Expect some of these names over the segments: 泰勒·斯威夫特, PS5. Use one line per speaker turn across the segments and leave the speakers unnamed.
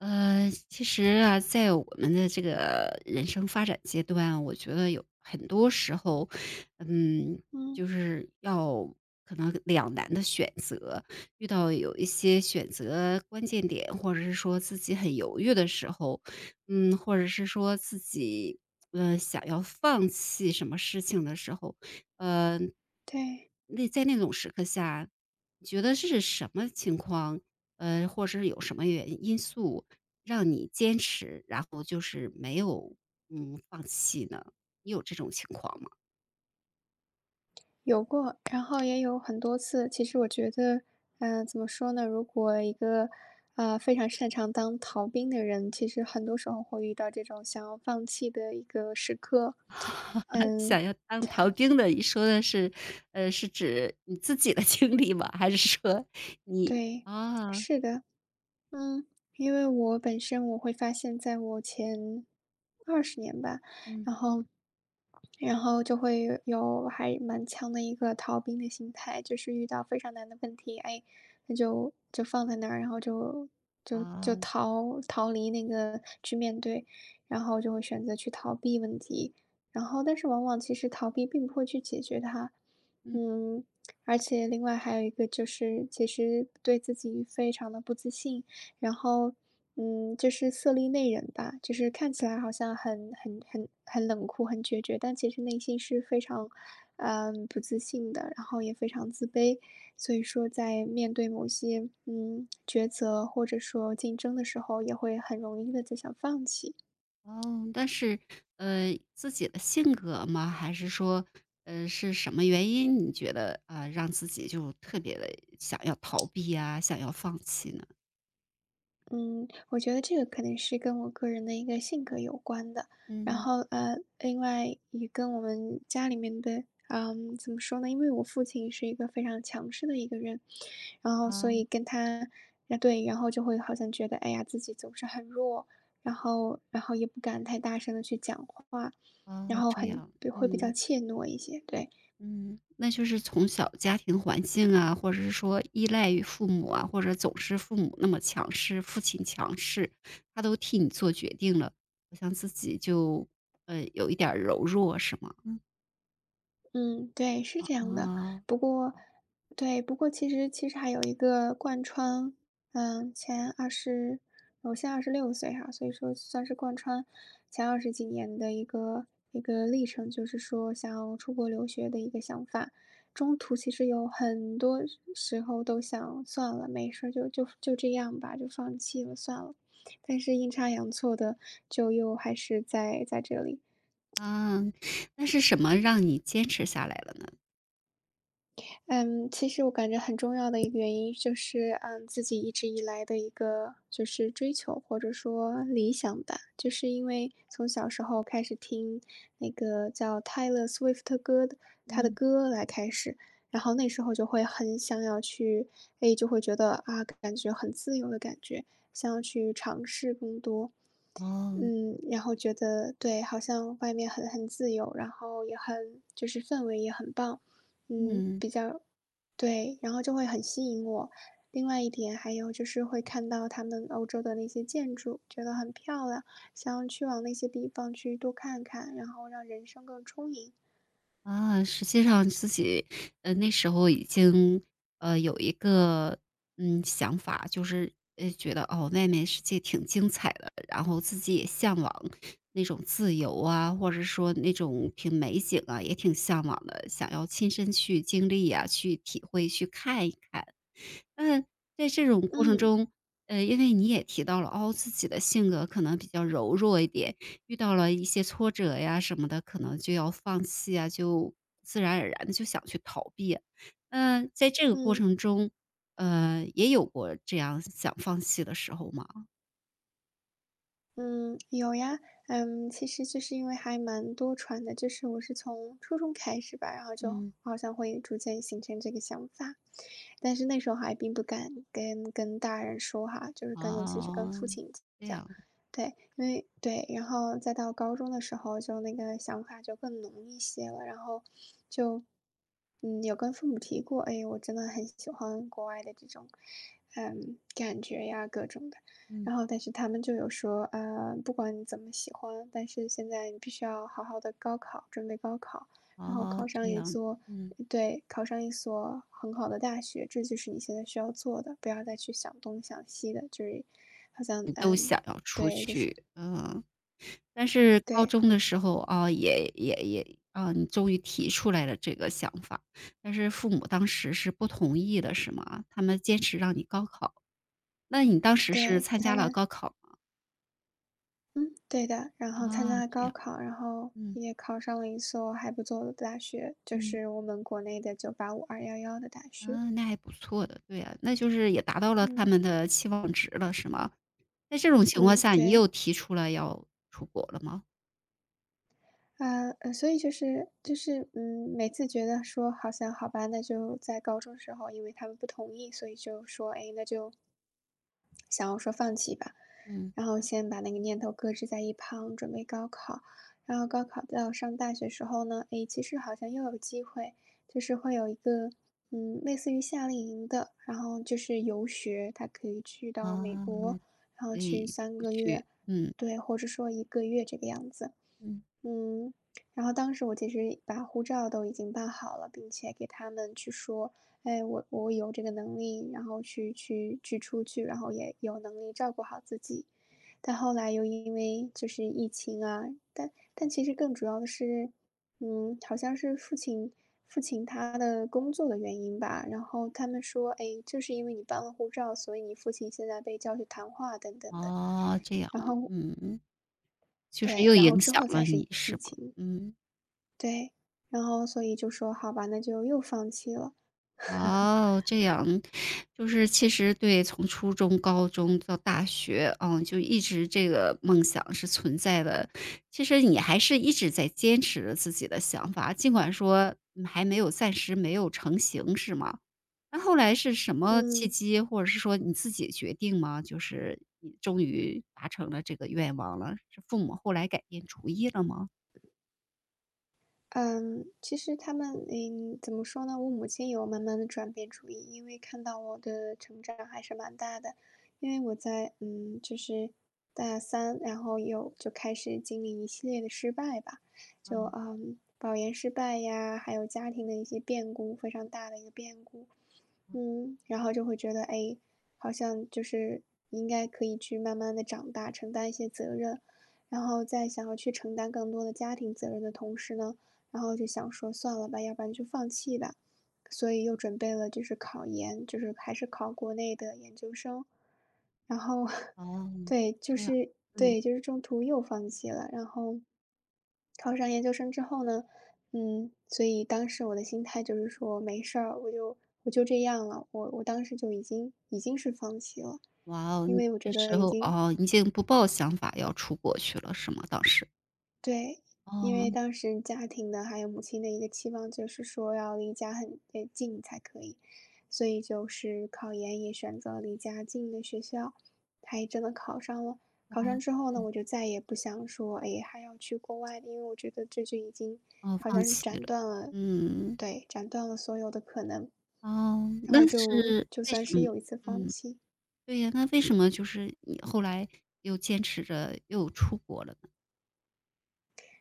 其实啊，在我们的这个人生发展阶段啊，我觉得有很多时候，嗯，
嗯，
就是要可能两难的选择。遇到有一些选择关键点，或者是说自己很犹豫的时候，嗯，或者是说自己想要放弃什么事情的时候，呃，
对，
那在那种时刻下，你觉得是什么情况？或者是有什么原因素？让你坚持，然后就是没有，嗯，放弃呢？你有这种情况吗？
有过，然后也有很多次。其实我觉得，怎么说呢？如果一个非常擅长当逃兵的人，其实很多时候会遇到这种想要放弃的一个时刻。嗯，
想要当逃兵的，你说的是，是指你自己的 经历吗？还是说你
对，
啊，
是的。嗯，因为我本身，我会发现在我前20年吧，
嗯，
然后然后就会有还蛮强的一个逃兵的心态，就是遇到非常难的问题，哎，那就放在那儿，然后就
啊
逃离那个去面对，然后就会选择去逃避问题，然后但是往往其实逃避并不会去解决它。嗯，而且另外还有一个就是，其实对自己非常的不自信。然后，就是色厉内荏吧，就是看起来好像很冷酷、很决绝，但其实内心是非常，不自信的，然后也非常自卑。所以说，在面对某些抉择或者说竞争的时候，也会很容易的就想放弃。
哦，但是，自己的性格吗？还是说，是什么原因你觉得，啊，让自己就特别的想要逃避啊，想要放弃呢？
嗯，我觉得这个可能是跟我个人的一个性格有关的，然
嗯，
后另外也跟我们家里面的，怎么说呢？因为我父亲是一个非常强势的一个人，然后所
啊
以跟他，啊对，然后就会好像觉得，哎呀，自己总是很弱，然后也不敢太大声的去讲话，
哦，
然后
这
很，
样，
对，会比较
嗯。
怯懦一些，对。
嗯，那就是从小家庭环境啊，或者是说依赖于父母啊，或者总是父母那么强势，父亲强势，他都替你做决定了，好像自己就有一点儿柔弱，是吗？嗯。
嗯，对，是这样的。
哦，
不过，对，不过其实还有一个贯穿，前二十，我现在26岁哈，所以说算是贯穿前二十几年的一个历程，就是说想要出国留学的一个想法。中途其实有很多时候都想算了，没事儿，就这样吧，就放弃了，算了。但是阴差阳错的，就又还是在这里。
啊，那是什么让你坚持下来了呢？
嗯，其实我感觉很重要的一个原因就是，自己一直以来的一个就是追求或者说理想吧，就是因为从小时候开始听那个叫泰勒·斯威夫特歌的他的
嗯。
歌来开始，然后那时候就会很想要去，哎，就会觉得啊，感觉很自由的感觉，想要去尝试更多。
哦，
然后觉得对，好像外面很自由，然后也很就是氛围也很棒。
嗯。
比较对，然后就会很吸引我。另外一点，还有就是会看到他们欧洲的那些建筑，觉得很漂亮，想要去往那些地方去多看看，然后让人生更充盈。
啊，实际上自己，那时候已经，有一个，嗯，想法，就是，觉得哦，外面世界挺精彩的，然后自己也向往那种自由啊，或者说那种挺美景啊，也挺向往的，想要亲身去经历呀、去体会、去看一看。嗯，在这种过程
嗯，
中，因为你也提到了，哦，自己的性格可能比较柔弱一点，遇到了一些挫折呀什么的，可能就要放弃啊，就自然而然的就想去逃避。嗯，在这个过
嗯。
程中，也有过这样想放弃的时候吗？
嗯，有呀。其实就是因为还蛮多传的，就是我是从初中开始吧，然后就
嗯，
好像会逐渐形成这个想法，但是那时候还并不敢跟大人说哈，就是跟尤其是跟父
哦，
亲
这
讲，
样，
对，因为对，然后再到高中的时候，就那个想法就更浓一些了，然后就有跟父母提过，哎，我真的很喜欢国外的这种感觉呀，各种的。
嗯，
然后但是他们就有说，啊，不管你怎么喜欢，但是现在你必须要好好的高考，准备高考，然后考
哦，
上
这
一
样，
座，
嗯，
呃对，考上一所很好的大学，这就是你现在需要做的，不要再去想东想西的，就是好像
你都想要出
对，就是
去，嗯。但是高
对
中的时候，啊，也啊，你终于提出来了这个想法，但是父母当时是不同意的，是吗？他们坚持让你高考，那你当时是
对，
参
他
加了
们
高考吗？
嗯，对的，然后参
啊，
加了
这
高
样，
考，然后
嗯
也考上了一所还不错的大学，就
嗯，
是我们国内的985211的大学。
啊，那还不错的，对呀。那就是也达到了他
嗯
们的期望值了，是吗？在这种情况
嗯，
下，你
对，
又提出来要出国了吗？
啊所以就是，每次觉得说好像好吧，那就在高中时候，因为他们不同意，所以就说，哎，那就想要说放弃吧，
嗯，
然后先把那个念头搁置在一旁，准备高考。然后高考到上大学时候呢，哎，其实好像又有机会，就是会有一个，类似于夏令营的，然后就是游学，他可以去到美
啊，
国，然后
所
去
以
三
不
个月，
去，嗯
对，或者说一个月这个样子。
嗯，
嗯，然后当时我其实把护照都已经办好了，并且给他们去说，哎，我有这个能力，然后去出去，然后也有能力照顾好自己。但后来又因为就是疫情啊，但其实更主要的是，好像是父亲他的工作的原因吧，然后他们说，哎，就是因为你办了护照，所以你父亲现在被叫去谈话等等的，
哦，这样，
然后
嗯。就是
对，
又
然后
影
之
响
后才
了
是
你是
疫
吗？
情。
嗯。
对，然后所以就说好吧，那就又放弃了。
哦，这样。就是其实对，从初中、高中到大学，嗯，就一直这个梦想是存在的。其实你还是一直在坚持着自己的想法，尽管说，嗯还没有暂时没有成型是吗？那后来是什么契
嗯，
机，或者是说你自己决定吗？就是你终于达成了这个愿望了，是父母后来改变主意了吗？
嗯，其实他们，怎么说呢？我母亲有慢慢的转变主意，因为看到我的成长还是蛮大的。因为我在，就是大三，然后有就开始经历一系列的失败吧，就，保研失败呀，还有家庭的一些变故，非常大的一个变故。然后就会觉得，哎，好像就是应该可以去慢慢的长大，承担一些责任。然后在想要去承担更多的家庭责任的同时呢，然后就想说算了吧，要不然就放弃吧。所以又准备了就是考研，就是还是考国内的研究生。然后
哦，
对，就
这样，
是
嗯。
对，就是中途又放弃了。然后考上研究生之后呢，所以当时我的心态就是说，没事儿，我就这样了。我当时就已经是放弃了，
哇哦，
因
你
为我觉
这
得
时
已
候
经
哦，已经不抱想法要出国去了是吗？当时。
对，因
哦，
为当时家庭的还有母亲的一个期望就是说要离家很近才可以，所以就是考研也选择了离家近的学校，还真的考上了。考上
哦，
之后呢，我就再也不想说，哎，还要去国外，因为我觉得这就已经
哦，
好
放
像是
弃了。
斩断了，
嗯，
对，斩断了所有的可能，
哦，
然后
那
就
是
就
为
算
什
是
么
又一次放
嗯，
弃。
对呀，那为什么就是你后来又坚持着又出国了呢？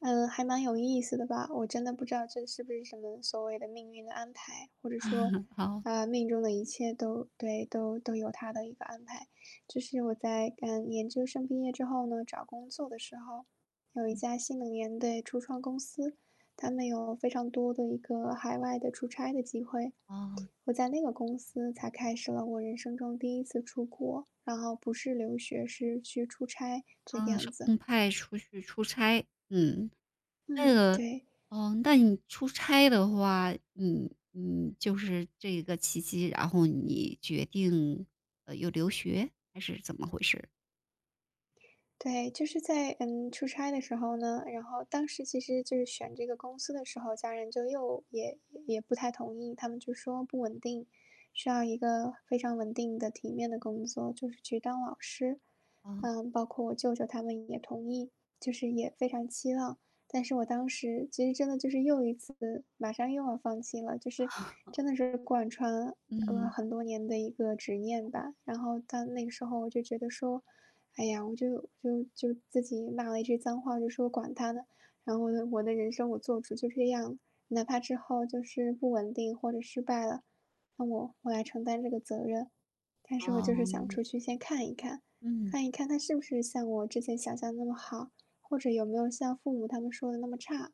嗯，还蛮有意思的吧，我真的不知道这是不是什么所谓的命运的安排，或者说，
好
啊，命中的一切都对，都有它的一个安排。就是我在，研究生毕业之后呢，找工作的时候，有一家新能源的初创公司，他们有非常多的一个海外的出差的机会。
哦，
我在那个公司才开始了我人生中第一次出国，然后不是留学，是去出差这个
嗯，是
样子。
公派出去出差，嗯。那
嗯，
个
对。
哦，那你出差的话，你你就是这个契机，然后你决定，有留学还是怎么回事？
对，就是在出差的时候呢，然后当时其实就是选这个公司的时候，家人就又也不太同意，他们就说不稳定，需要一个非常稳定的体面的工作，就是去当老师。
哦，
包括我舅舅他们也同意，就是也非常期望。但是我当时其实真的就是又一次马上又要放弃了，就是真的是贯穿
嗯，
很多年的一个执念吧。然后到那个时候我就觉得说，哎呀，我就自己骂了一句脏话，就说管他呢。然后我的人生我做主就这样，哪怕之后就是不稳定或者失败了，那我来承担这个责任。但是我就是想
哦，
出去先看一看，
嗯。
看一看他是不是像我之前想象的那么好，或者有没有像父母他们说的那么差。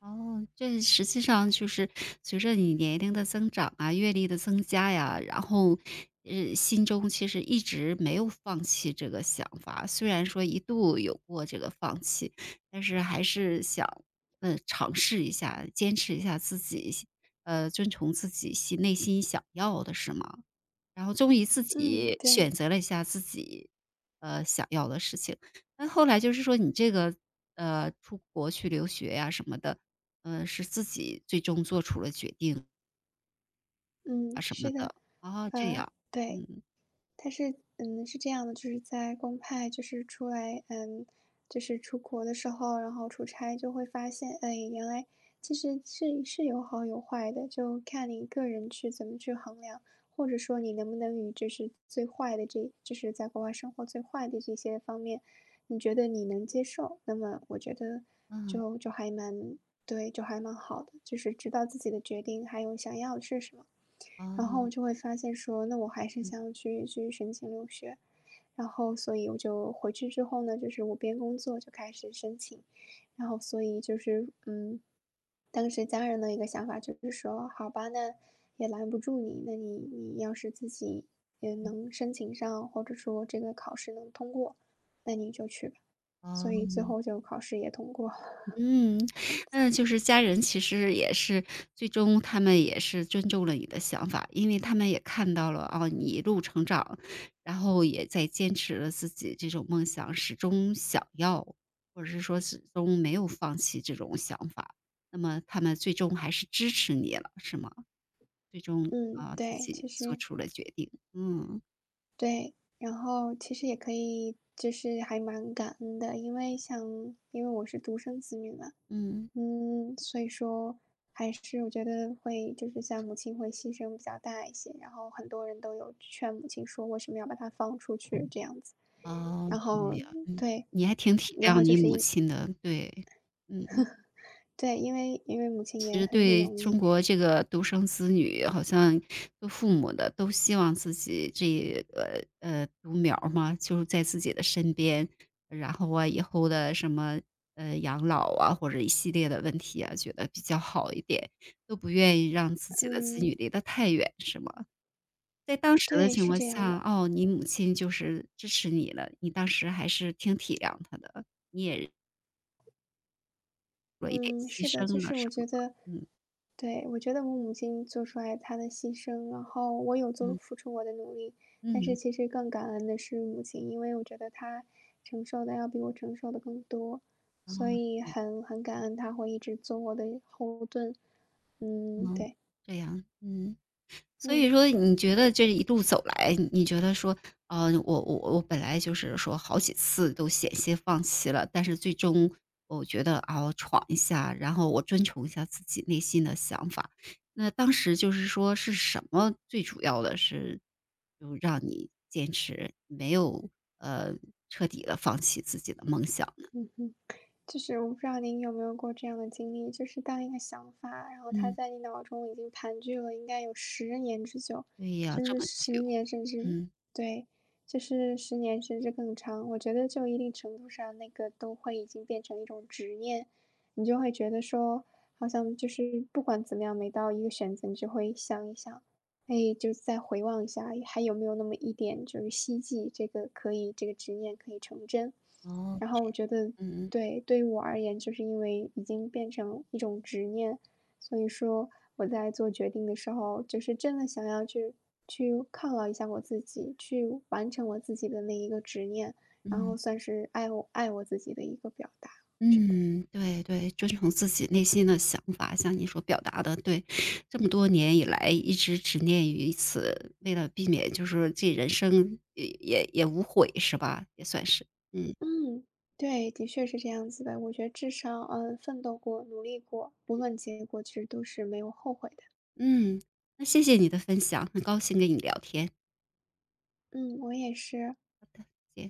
哦，这实际上就是随着你年龄的增长啊，阅历的增加呀，然后，心中其实一直没有放弃这个想法，虽然说一度有过这个放弃，但是还是想，尝试一下，坚持一下自己，遵从自己心内心想要的，是吗？然后终于自
嗯，
己选
对。
择了一下自己，想要的事情。那后来就是说你这个，出国去留学呀什么的，嗯，是自己最终做出了决定啊
嗯，
什
是
么
的。
的。啊这
呃，
样，
对。
嗯，
他是嗯，是这样的，就是在公派，就是出来，就是出国的时候，然后出差就会发现，哎，原来其实是有好有坏的，就看你个人去怎么去衡量，或者说你能不能与就是最坏的这，就是在国外生活最坏的这些方面，你觉得你能接受，那么我觉得
嗯，
就还蛮对，就还蛮好的，就是知道自己的决定，还有想要的是什么。
哦，
然后就会发现说，那我还是
嗯，
想去申请留学。然后，所以我就回去之后呢，就是我边工作就开始申请，然后所以就是当时家人的一个想法就是说，好吧，那也拦不住你，那你要是自己也能申请上，或者说这个考试能通过，那你就去吧。所以
哦。
最后就考试也通过了，
嗯，
这样。
那就是家人其实也是最终他们也是尊重了你的想法，因为他们也看到了，啊，你一路成长，然后也在坚持了自己这种梦想，始终想要，或者是说始终没有放弃这种想法。那么他们最终还是支持你了，是吗？最终，
嗯，
啊，自
对。
己
其
做
实
出了决定。嗯，
对，然后其实也可以，就是还蛮感恩的，因为我是独生子女嘛。
嗯，
嗯，所以说还是我觉得会就是像母亲会牺牲比较大一些，然后很多人都有劝母亲说为什么要把她放出去这样子，
哦，
然
对
后
呀，嗯，
对，
你还挺体
然
谅
后就
你
是
母
因
亲的，对，嗯。
对，因为母亲
其
也
实
很不
对
容易。
中国这个独生子女，好像做父母的都希望自己这个独苗儿嘛，就是在自己的身边，然后啊以后的什么养老啊或者一系列的问题啊，觉得比较好一点，都不愿意让自己的子女
嗯，
离得太远，是吗？在当时的
对，
情
是
况
这样
下，
的。
哦，你母亲就是支持你了，你当时还是挺体谅她的，做一点
嗯，
牺
是的，
牲
就
了，
是
什
我
么？
觉得
嗯
对，我觉得我母亲做出来她的牺牲，然后我有做
嗯
付出我的努力。但是
嗯，
其实更感恩的是母亲，因为我觉得她承受的要比我承受的更多，所
哦。
以很感恩她会一直做我的后盾。嗯，
嗯，
对。
这样，嗯，所以
嗯。
说你觉得这一路走来，你觉得说，我本来就是说好几次都险些放弃了，但是最终我觉得啊，我闯一下，然后我遵从一下自己内心的想法。那当时就是说是什么最主要的是，就让你坚持，没有呃彻底的放弃自己的梦想呢？
就是我不知道您有没有过这样的经历，就是当一个想法，然后它
嗯，
在你脑中已经盘踞了应该有十年之久，
对呀，
甚
这
至
么
十
久，
年，甚至
嗯，
对，就是十年甚至更长。我觉得就一定程度上，那个都会已经变成一种执念，你就会觉得说，好像就是不管怎么样，每到一个选择，你就会想一想，哎，就再回望一下，还有没有那么一点就是希冀这个可以，这个执念可以成真。
哦，
然后我觉得
嗯嗯
对，对于我而言，就是因为已经变成一种执念，所以说我在做决定的时候，就是真的想要去犒劳一下我自己，去完成我自己的那一个执念，然后
嗯。
算是爱我自己的一个表达，我觉得。
嗯，对对，遵从自己内心的想法，像你所表达的，对，这么多年以来一直执念于此，为了避免就是这人生也无悔是吧？也算是，嗯
嗯，对，的确是这样子的。我觉得至少，嗯，奋斗过，努力过，无论结果其实都是没有后悔的。
嗯，那谢谢你的分享，很高兴跟你聊天，
嗯，我也是。
好的，再见。